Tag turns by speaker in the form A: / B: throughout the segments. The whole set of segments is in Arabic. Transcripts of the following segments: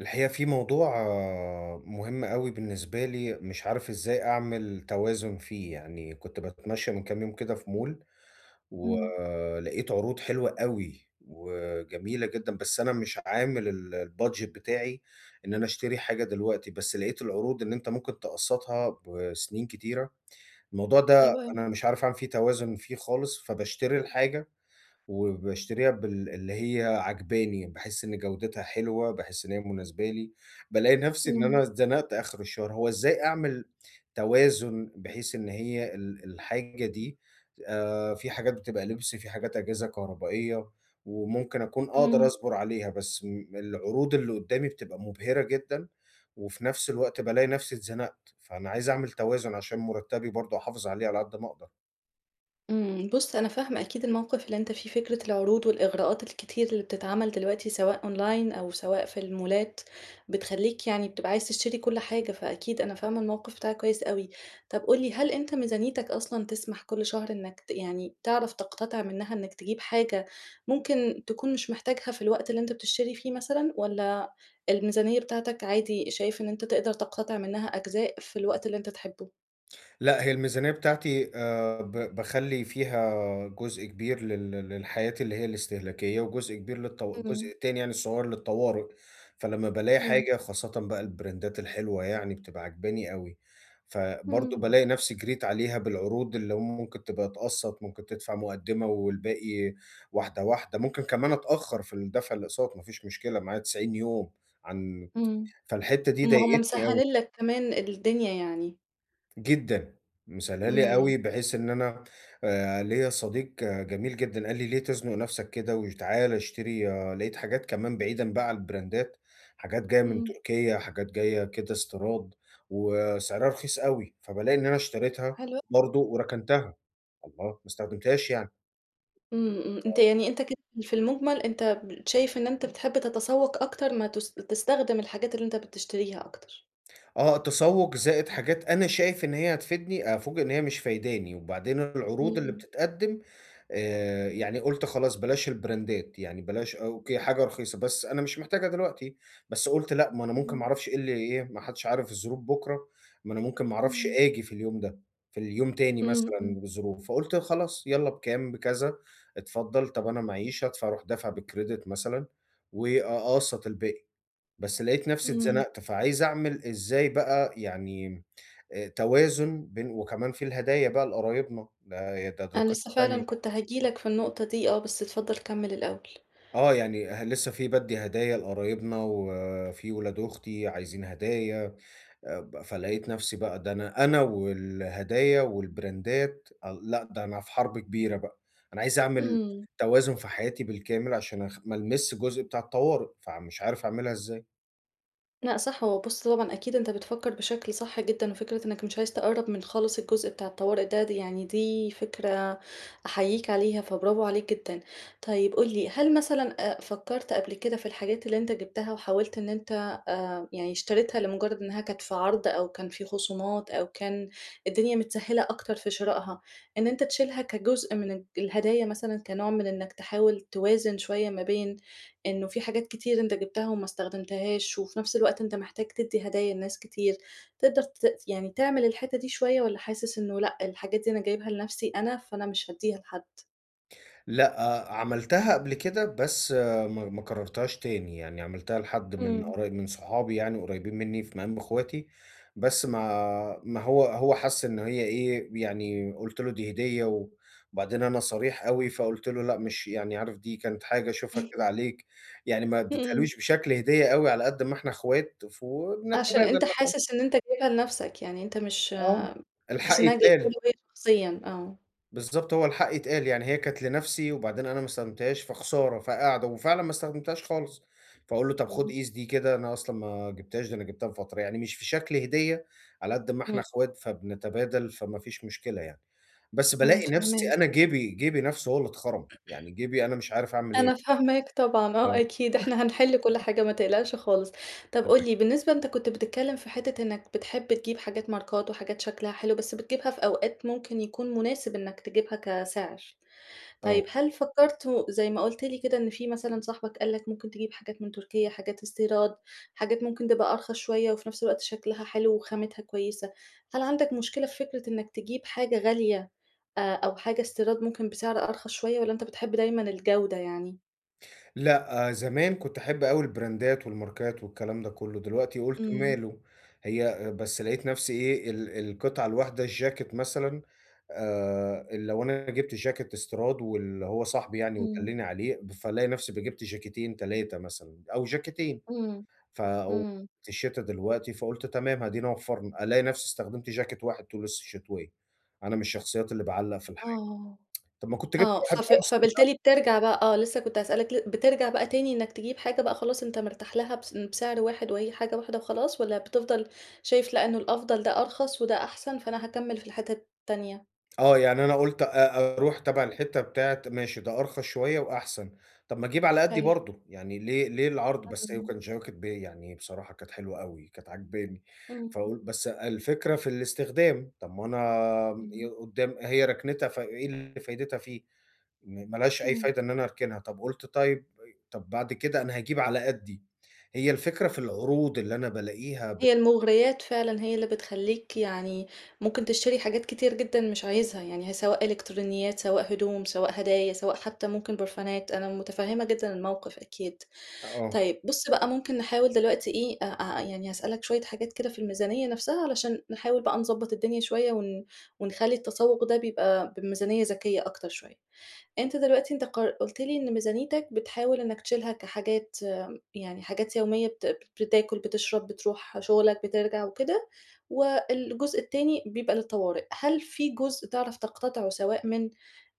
A: الحقيقة في موضوع مهم قوي بالنسبة لي، مش عارف ازاي اعمل توازن فيه. يعني كنت بتمشى من كام يوم كده في مول،
B: إمم،
A: ولقيت عروض حلوة قوي وجميلة جدا. بس انا مش عامل البادجت بتاعي ان انا اشتري حاجة دلوقتي. بس لقيت العروض ان انت ممكن تقسطها بسنين كتيرة. الموضوع ده
B: حلو أوي.
A: انا مش عارف اعمل فيه توازن خالص، فبشتري الحاجة وباشتريها اللي هي عاجباني، باحس إن جودتها حلوة، باحس إن هي مناسبة لي، بالاقي نفسي إن
B: إمم،
A: أنا اتزنقت آخر الشهر. هو إزاي أعمل توازن بحيث إن هي الحاجة دي. في حاجات بتبقى لبس، في حاجات أجهزة كهربائية، وممكن أكون أقدر
B: إمم،
A: أصبر عليها، بس م العروض اللي قدامي بتبقى مبهرة جدًا، وفي نفس الوقت بالاقي نفسي اتزنقت، فأنا عايز أعمل توازن عشان مرتبي برضه أحافظ عليه على قد ما أقدر.
B: إمم. بُص، أنا فاهمة أكيد الموقِف اللي أنت فيه، فكرة العروض والإغراءات الكتير اللي بتتعمل دلوقتي سواء أونلاين أو سواء في المولات، بتخلّيك يعني بتبقى عايز تشتري كل حاجة، فأكيد أنا فاهمة الموقِف بتاعك كويس أوي. طَب قُل لي، هل أنت ميزانيتك أصلًا تسمح كل شهر إنّك يعني تعرف تقتطع منّها إنّك تجيب حاجة ممكن تكون مش محتاجها في الوقت اللي أنت بتشتري فيه مثلًا والّا الميزانية بتاعتك عادي شايف إن أنت تقدر تقتطع منّها أجزاء في الوقت اللي أنت تحبّه؟
A: لأ، هي الميزانية بتاعتي ب باخلّي فيها جزء كبير للحاجات اللي هي الاستهلاكية، وجزء كبير الجزء
B: إمم.
A: التاني يعني الصغير للطوارئ. فلمّا بالاقي
B: إمم،
A: حاجة خاصةً بقى البراندات الحلوة يعني بتبقى عاجباني أوي، فبرضه
B: إمم،
A: بالاقي نفسي جريت عليها بالعروض اللي هم ممكن تبقى تقسّط، ممكن تدفع مقدمة والباقي واحدة واحدة، ممكن كمان أتأخر في الدفع الأقساط ما فيش مشكلة معايا 90 يوم عن
B: إمم،
A: فالحتة دي
B: ما هُم
A: ضايقتني أوي.
B: مسهّلين لك كمان الدنيا يعني،
A: جدًا، مسلّية لي
B: إمم،
A: أوي بحيث إن أنا ليّا صديق جميل جدًا قال لي: "ليه تزنُق نَفْسك كده وتعالَ اشتري". لقيت حاجات كمان بعيدًا بقى عن البراندات، حاجات جاية من
B: إمم،
A: تركيا، حاجات جاية كده استيراد وسعرها رخيص أوي، فبالاقي إن أنا اشتريتها
B: حلو
A: برضه وركنتها. الله! ما استخدمتهاش يعني.
B: إمم، أنت يعني أنت كده في المُجمل أنت شايف إن أنت بتحب تتسوّق أكتر ما تستخدم الحاجات اللي أنت بتشتريها أكتر.
A: تسوّق زائد حاجات أنا شايف إن هي هتفيدني، أفوجئ إن هي مش فايداني، وبعدين العروض اللي
B: إمم،
A: بتتقدّم. يعني قُلت خلاص بلاش البراندات، يعني بلاش أوكي حاجة رخيصة، بس أنا مش محتاجها دلوقتي. بس قُلت لأ، ما أنا ممكن ما
B: إمم،
A: أعرفش إيه اللي إيه، ما حدش عارف الظروف بُكرة. ما أنا ممكن ما أعرفش
B: إمم،
A: آجي في اليوم ده، في اليوم تاني
B: إمم، إمم،
A: مثلًا بظروف. فقُلت خلاص يالّا بكام، بكذا، اتفضّل. طَب أنا معييش هادفع، أروح دافع بالcredit مثلًا وأقسّط الباقي. بس لقيت نفسي
B: إمم،
A: اتزنقت، فعايز أعمل إزاي بقى يعني توازن بين. وكمان في الهدايا بقى لقرايبنا، ده
B: أنا لسه
A: قصة تانية
B: فعلًا
A: بقى.
B: كنت هاجي لك في النقطة دي آه، بس اتفضل كمّل الأول.
A: يعني لسه في بادّي هدايا لقرايبنا، وفي ولاد أختي عايزين هدايا. ب فلقيت نفسي بقى ده أنا والهدايا والبراندات لأ، ده أنا في حرب كبيرة بقى. أنا عايز أعمل
B: إمم.
A: توازن في حياتي بالكامل عشان ما ألمِسش الجزء بتاع الطوارئ، فمش عارف أعملها إزاي.
B: لأ صح، هو بُص طبعًا أكيد أنت بتفكّر بشكل صح جدًا، وفكرة إنك مش عايز تقرّب من خالص الجزء بتاع الطوارئ ده، دي يعني دي فكرة أحييك عليها، فبرافو عليك جدًا. طيب قُل لي، هل مثلًا فكّرت قبل كده في الحاجات اللي أنت جِبتها وحاولت إن أنت يعني اشتريتها لمجرد إنها كانت في عرض أو كان في خصومات أو كان الدنيا متسهّلة أكتر في شرائها، إن أنت تشيلها كجزء من الهدايا مثلًا كنوع من إنك تحاول توازن شوية ما بين إنه في حاجات كتير أنت جبتها وما استخدمتهاش، وفي نفس الوقت أنت محتاج تدّي هدايا لناس كتير، تقدر يعني تعمل الحتّة دي شوية والّا حاسس إنه لأ، الحاجات دي أنا جايبها لنفسي أنا، فأنا مش هادّيها لحد؟
A: لأ، عملتها قبل كده بس ما كررتهاش تاني، يعني عملتها لحد
B: إمم.
A: من صحابي يعني قريبين مني في مقام اخواتي. بس ما هو حس إن هي إيه، يعني قُلت له دي هدية. وبعدين أنا صريح أوي، فقُلت له: "لأ مش يعني عارف دي كانت حاجة أشوفها كده عليك". يعني ما
B: إمم.
A: اديتهالوش بشكل هدية أوي، على قد ما إحنا اخوات
B: عشان
A: فبنتبادل
B: أنت
A: مثلًا.
B: حاسس إن أنت جايبها لنفسك، يعني أنت مش
A: آه،
B: حاسس
A: الحق
B: إنها جايبها
A: يتقال.
B: له هي شخصيًا، آه.
A: بالضبط، هو الحق يتقال، يعني هي كانت لنَفْسي وبعدين أنا ما استخدمتهاش، فخسارة، فقاعدة وفعلًا ما استخدمتهاش خالص. فاقول له: "طَب خُد
B: إمم،
A: قيس دي كده، أنا أصلًا ما جِبتهاش، ده أنا جِبتها من فترة". يعني مش في شكل هدية، على قد ما إحنا
B: إمم،
A: إخوات فبنتبادل، فما فيش مشكلة يعني. بس
B: إمم،
A: بالاقي نَفْسي أنا
B: فاهماك.
A: جيبي جيبي نَفْسه هو اللي اتخرم، يعني جيبي أنا مش عارف أعمل إيه.
B: أنا فاهماك طبعًا، آه
A: آه،
B: أكيد، إحنا هنحِل كل حاجة ما تقلقش خالص. طَب
A: تمام،
B: قُل لي بالنسبة أنت كنت بتتكلّم في حتّة إنّك بتحب تجيب حاجات ماركات وحاجات شكلها حلو، بس بتجيبها في أوقات ممكن يكون مناسب إنّك تجيبها كسعر.
A: آه.
B: طيب هل فكّرت و زي ما قُلت لي كده إن في مثلًا صاحبك قال لك ممكن تجيب حاجات من تركيا، حاجات استيراد، حاجات ممكن تبقى أرخص شوية وفي نفس الوقت شكلها حلو وخامتها كويسة، هل عندك مشكلة في فكرة إنّك تجيب حاجة غالية أو حاجة استيراد ممكن بسعر أرخص شوية والّا أنت بتحب دايمًا الجودة يعني؟
A: لأ، زمان كنت أحب أوي البراندات والماركات والكلام ده كله، دلوقتي قُلت
B: إمم،
A: ماله. هي بس لقيت نفسي إيه، القطعة الواحدة الجاكيت مثلًا. لو أنا جِبت جاكيت استيراد واللي هو صاحبي يعني
B: إمم،
A: ودلّني عليه، فالاقي نفسي جِبت جاكيتين 3 مثلًا أو جاكيتين.
B: إمم،
A: ف أو
B: إمم.
A: في الشتا دلوقتي فقُلت تمام أدينا وفّرنا، ألاقي نفسي استخدمت جاكيت واحد طول الشتوية. أنا من الشخصيات اللي باعلّق في الحاجة،
B: آه،
A: طب ما كنت جِبت
B: آه،
A: واحد أوسع.
B: فبالتالي بترجع بقى آه، لسه كنت هاسألك بترجع بقى تاني إنك تجيب حاجة بقى خلاص أنت مرتاح لها بس بسعر واحد وهي حاجة واحدة وخلاص، والّا بتفضل شايف لأ إنه الأفضل ده أرخص وده أحسن فأنا هاكمّل في الحتة التانية؟
A: يعني أنا قُلت أروح تبع الحتّة بتاعة ماشي ده أرخص شوية وأحسن، طب ما أجيب على قدّي
B: حلو.
A: برضه، يعني ليه العرض؟ بس هي
B: إمم،
A: كانت جواكت يعني بصراحة كانت حلوة أوي، كانت عاجباني.
B: إمم،
A: فقُل بس الفكرة في الاستخدام، طب ما أنا
B: إمم.
A: قدّام هي ركنتها فإيه اللي فايدتها فيه؟ ما لهاش أي
B: إمم.
A: فايدة إن أنا أركنها. طب قُلت طيب، طب بعد كده أنا هاجيب على قدّي. هي الفكرة في العروض اللي أنا بالاقيها
B: هي المغريات فعلًا هي اللي بتخلّيك يعني ممكن تشتري حاجات كتير جدًا مش عايزها، يعني هي سواء إلكترونيات، سواء هدوم، سواء هدايا، سواء حتى ممكن برفانات، أنا متفهمة جدًا الموقف أكيد.
A: آه،
B: طيب بُص بقى ممكن نحاول دلوقتي إيه، أ أ يعني هاسألك شوية حاجات كده في الميزانية نفسها علشان نحاول بقى نضبّط الدنيا شوية ونخلّي التسوق ده بيبقى بميزانية ذكية أكتر شوية. أنت دلوقتي أنت قُلت لي إن ميزانيتك بتحاول إنّك تشيلها كحاجات يعني حاجات يومية بتاكل، بتشرب، بتروح شغلك، بترجع وكده، والجزء التاني بيبقى للطوارئ. هل في جزء تعرف تقتطعه سواء من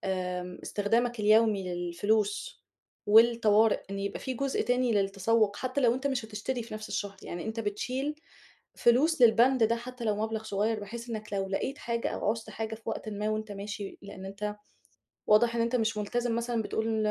B: استخدامك اليومي للفلوس والطوارئ، إن يبقى في جزء تاني للتسوّق حتى لو أنت مش هتشتري في نفس الشهر، يعني أنت بتشيل فلوس للبند ده حتى لو مبلغ صغير بحيث إنّك لو لقيت حاجة أو عُزت حاجة في وقتٍ ما وأنت ماشي لإن أنت واضح إن أنت مش ملتزم مثلًا بتقول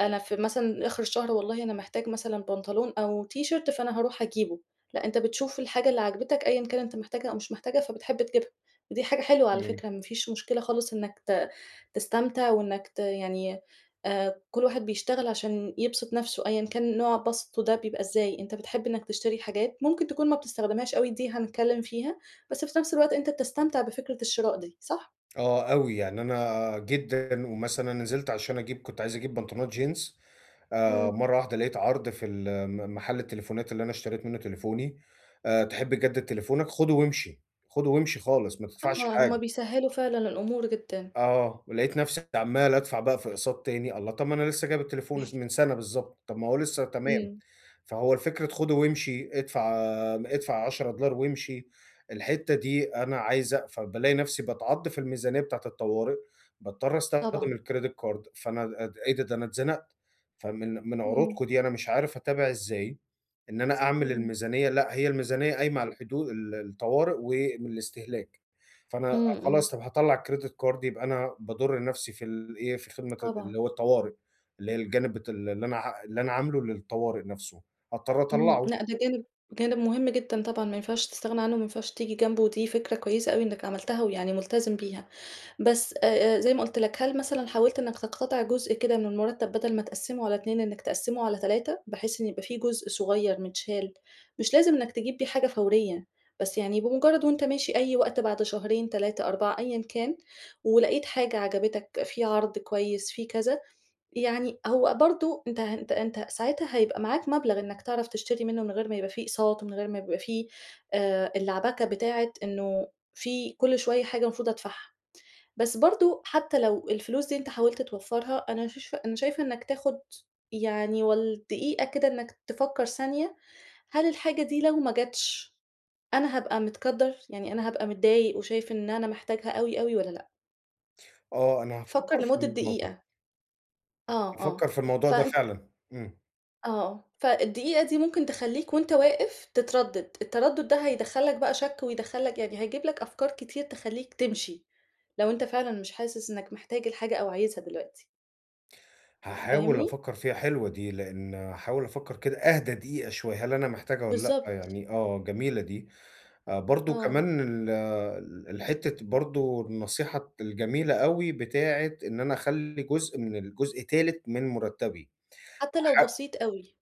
B: أنا في مثلًا آخر الشهر والله أنا محتاج مثلًا بنطلون أو تيشيرت فأنا هاروح أجيبه، لأ أنت بتشوف الحاجة اللي عاجبتك أيًا كان أنت محتاجها أو مش محتاجها فبتحب تجيبها، ودي حاجة حلوة على
A: إمم.
B: فكرة ما فيش مشكلة خالص إنك تستمتع وإنك يعني كل واحد بيشتغل عشان يبسط نَفْسه أيًا كان نوع بسطه ده بيبقى إزاي، أنت بتحب إنك تشتري حاجات ممكن تكون ما بتستخدمهاش أوي دي هنتكلم فيها، بس في نَفْس الوقت أنت بتستمتع بفكرة الشراء دي، صح؟
A: آه أوي، يعني أنا جدًا ومثلًا نزلت عشان أجيب، كنت عايز أجيب بنطلونات جينز.
B: إمم.
A: مرّة واحدة لقيت عرض في ال م محل التليفونات اللي أنا اشتريت منه تليفوني. "تحب تجدد تليفونك؟ خده وامشي، خده وامشي خالص ما تدفعش
B: آه،
A: حاجة".
B: هم بيسهّلوا فعلًا الأمور جدًا.
A: ولقيت نفسي عمّال أدفع بقى في أقساط تاني. الله! طب ما أنا لسه جايب التليفون من سَنة بالضبط، طب ما هو لسه تمام.
B: إمم.
A: فهو الفكرة خُده وامشي، ادفع $10 وامشي. الحتّة دي أنا عايزة، فبالاقي نفسي باتعض في الميزانية بتاعة الطوارئ. باضطر
B: طبعًا.
A: أستخدم الcredit card، فأنا أد إيه ده، ده أنا اتزنقت. فمن
B: إمم،
A: عروضكم دي أنا مش عارف أتابع إزاي إن أنا أعمل
B: إمم.
A: الميزانية. لأ، هي الميزانية قايمة على الحدود الطوارئ والاستهلاك. فأنا
B: إمم، إمم،
A: خلاص طب هاطلّع الكريدت كارد، يبقى أنا باضُر نَفْسي في الإيه، في خدمة
B: طبعًا.
A: اللي هو الطوارئ، اللي هي الجانب بت ال اللي أنا ع اللي أنا عامله للطوارئ نَفْسه، هاضطر
B: إمم،
A: أطلّعه.
B: لأ ده جانب جانب مهم جدًا طبعًا ما ينفعش تستغنى عنه، ما ينفعش تيجي جنبه، ودي فكرة كويسة أوي إنّك عملتها ويعني ملتزم بيها. بس زي ما قُلت لك، هل مثلًا حاولت إنك تقتطع جزء كده من المرتب بدل ما تقسّمه على 2 إنك تقسّمه على 3 بحيث إن يبقى في جزء صغير متشال، مش لازم إنك تجيب بيه حاجة فورية، بس يعني بمجرد وأنت ماشي أي وقت بعد شهرين، 3، 4 أيًا كان، ولقيت حاجة عجبتك، في عرض كويس، في كذا، يعني هو برضه أنت أنت أنت ساعتها هيبقى معاك مبلغ إنك تعرف تشتري منه من غير ما يبقى في أقساط، ومن غير ما يبقى في اللعبكة بتاعة إنه في كل شوية حاجة المفروض أدفعها. بس برضه حتى لو الفلوس دي أنت حاولت توفّرها، أنا شايفة إنّك تاخُد يعني والدقيقة كده إنّك تفكّر ثانية، هل الحاجة دي لو ما جاتش أنا هابقى متقدّر؟ يعني أنا هابقى متضايق وشايف إن أنا محتاجها أوي، أوي والّا لأ؟
A: أنا
B: فكّر
A: هافكّر في
B: لمدة
A: الموضوع،
B: دقيقة. آه،
A: هافكّر
B: آه.
A: في الموضوع ده
B: فأنت
A: فعلًا. إمم.
B: آه. آه. فالدقيقة دي ممكن تخلّيك وأنت واقف تتردّد، التردُّد ده هيدخّل لك بقى شَك ويدخّل لك يعني هيجيب لك أفكار كتير تخلّيك تمشي، لو أنت فعلًا مش حاسس إنّك محتاج الحاجة أو عايزها دلوقتي،
A: هاحاول
B: فاهمني؟
A: أفكّر فيها، حلوة دي، لإن هاحاول أفكّر كده أهدى دقيقة شوية، هل أنا محتاجها والّا
B: بالضبط،
A: لأ يعني. جميلة دي. برضه
B: آه،
A: كمان ال ال الحتّة برضه النصيحة الجميلة أوي بتاعة إن أنا أخلّي جزء من جزء تالت من مُرتّبي.
B: حتى لو
A: ح
B: بسيط أوي.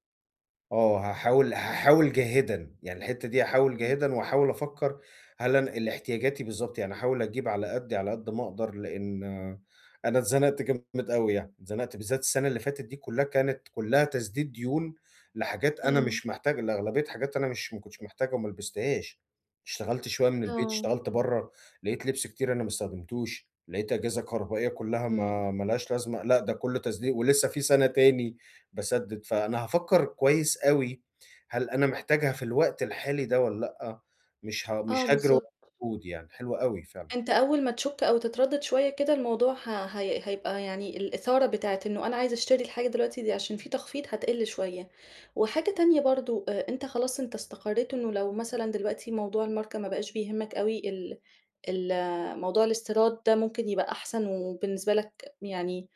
A: هاحاول جاهدًا، يعني الحتّة دي هاحاول
B: إمم،
A: جاهدًا وهاحاول أفكّر هل أنا احتياجاتي بالضبط. يعني هاحاول أجيب على قدّي على قد ما أقدر، لإن أنا اتزنقت جامد أوي يعني. اتزنقت بالذات، السنة اللي فاتت دي كلّها كانت كلّها تسديد ديون لحاجات أنا
B: إمم.
A: مش محتاج، لأغلبية حاجات أنا مش ما كنتش محتاجها وما لبستهاش. اشتغلت شوية من البيت،
B: آه،
A: اشتغلت برّه، لقيت لبس كتير أنا ما استخدمتوش، لقيت أجهزة كهربائية كلّها
B: إمم،
A: ما
B: إمم،
A: ما لهاش لازمة. لأ ده كلّه تسديد ولسه في سَنة تاني باسدِّد. فأنا هافكّر كويس أوي، هل أنا محتاجها في الوقت الحالي ده والّا لأ؟
B: آه
A: مش هاجري ورا
B: بالضبط،
A: المجهود يعني، حلو أوي فعلًا.
B: أنت أول ما تشُك أو تتردد شوية كده الموضوع هي هيبقى يعني الإثارة بتاعة إنه أنا عايز أشتري الحاجة دلوقتي دي عشان في تخفيض هتقِل شوية، وحاجة تانية برضه أنت خلاص أنت استقريت إنه لو مثلًا دلوقتي موضوع الماركة ما بقاش بيهمك أوي ال ال موضوع الاستيراد ده ممكن يبقى أحسن وبالنسبة لك يعني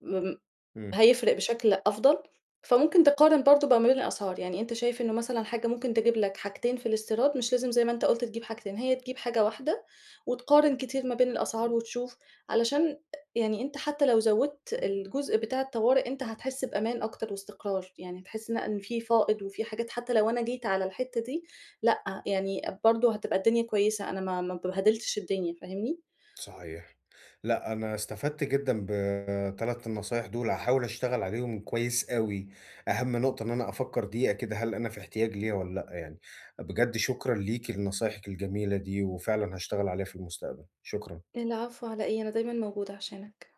B: م
A: إمم،
B: هيفرق بشكل أفضل، فممكن تقارن برضه بقى ما بين الأسعار، يعني أنت شايف إنه مثلًا حاجة ممكن تجيب لك حاجتين في الاستيراد، مش لازم زي ما أنت قُلت تجيب حاجتين، هي تجيب حاجة واحدة وتقارن كتير ما بين الأسعار وتشوف، علشان يعني أنت حتى لو زوّدت الجزء بتاع الطوارئ أنت هتحس بأمان أكتر واستقرار، يعني هتحس لأ إن في فائض وفي حاجات حتى لو أنا جيت على الحتة دي، لأ يعني برضه هتبقى الدنيا كويسة، أنا ما بهدلتش الدنيا، فاهمني؟
A: صحيح. لأ، أنا استفدت جدًا ب3 النصايح دول، هاحاول أشتغل عليهم كويس أوي. أهم نقطة إن أنا أفكّر دقيقة كده، هل أنا في احتياج ليها والّا لأ يعني. بجد شكرًا ليكِ لنصايحِك الجميلة دي، وفعلًا هاشتغل عليها في المستقبل، شكرًا.
B: العفو على إيه، أنا دايمًا موجودة عشانك.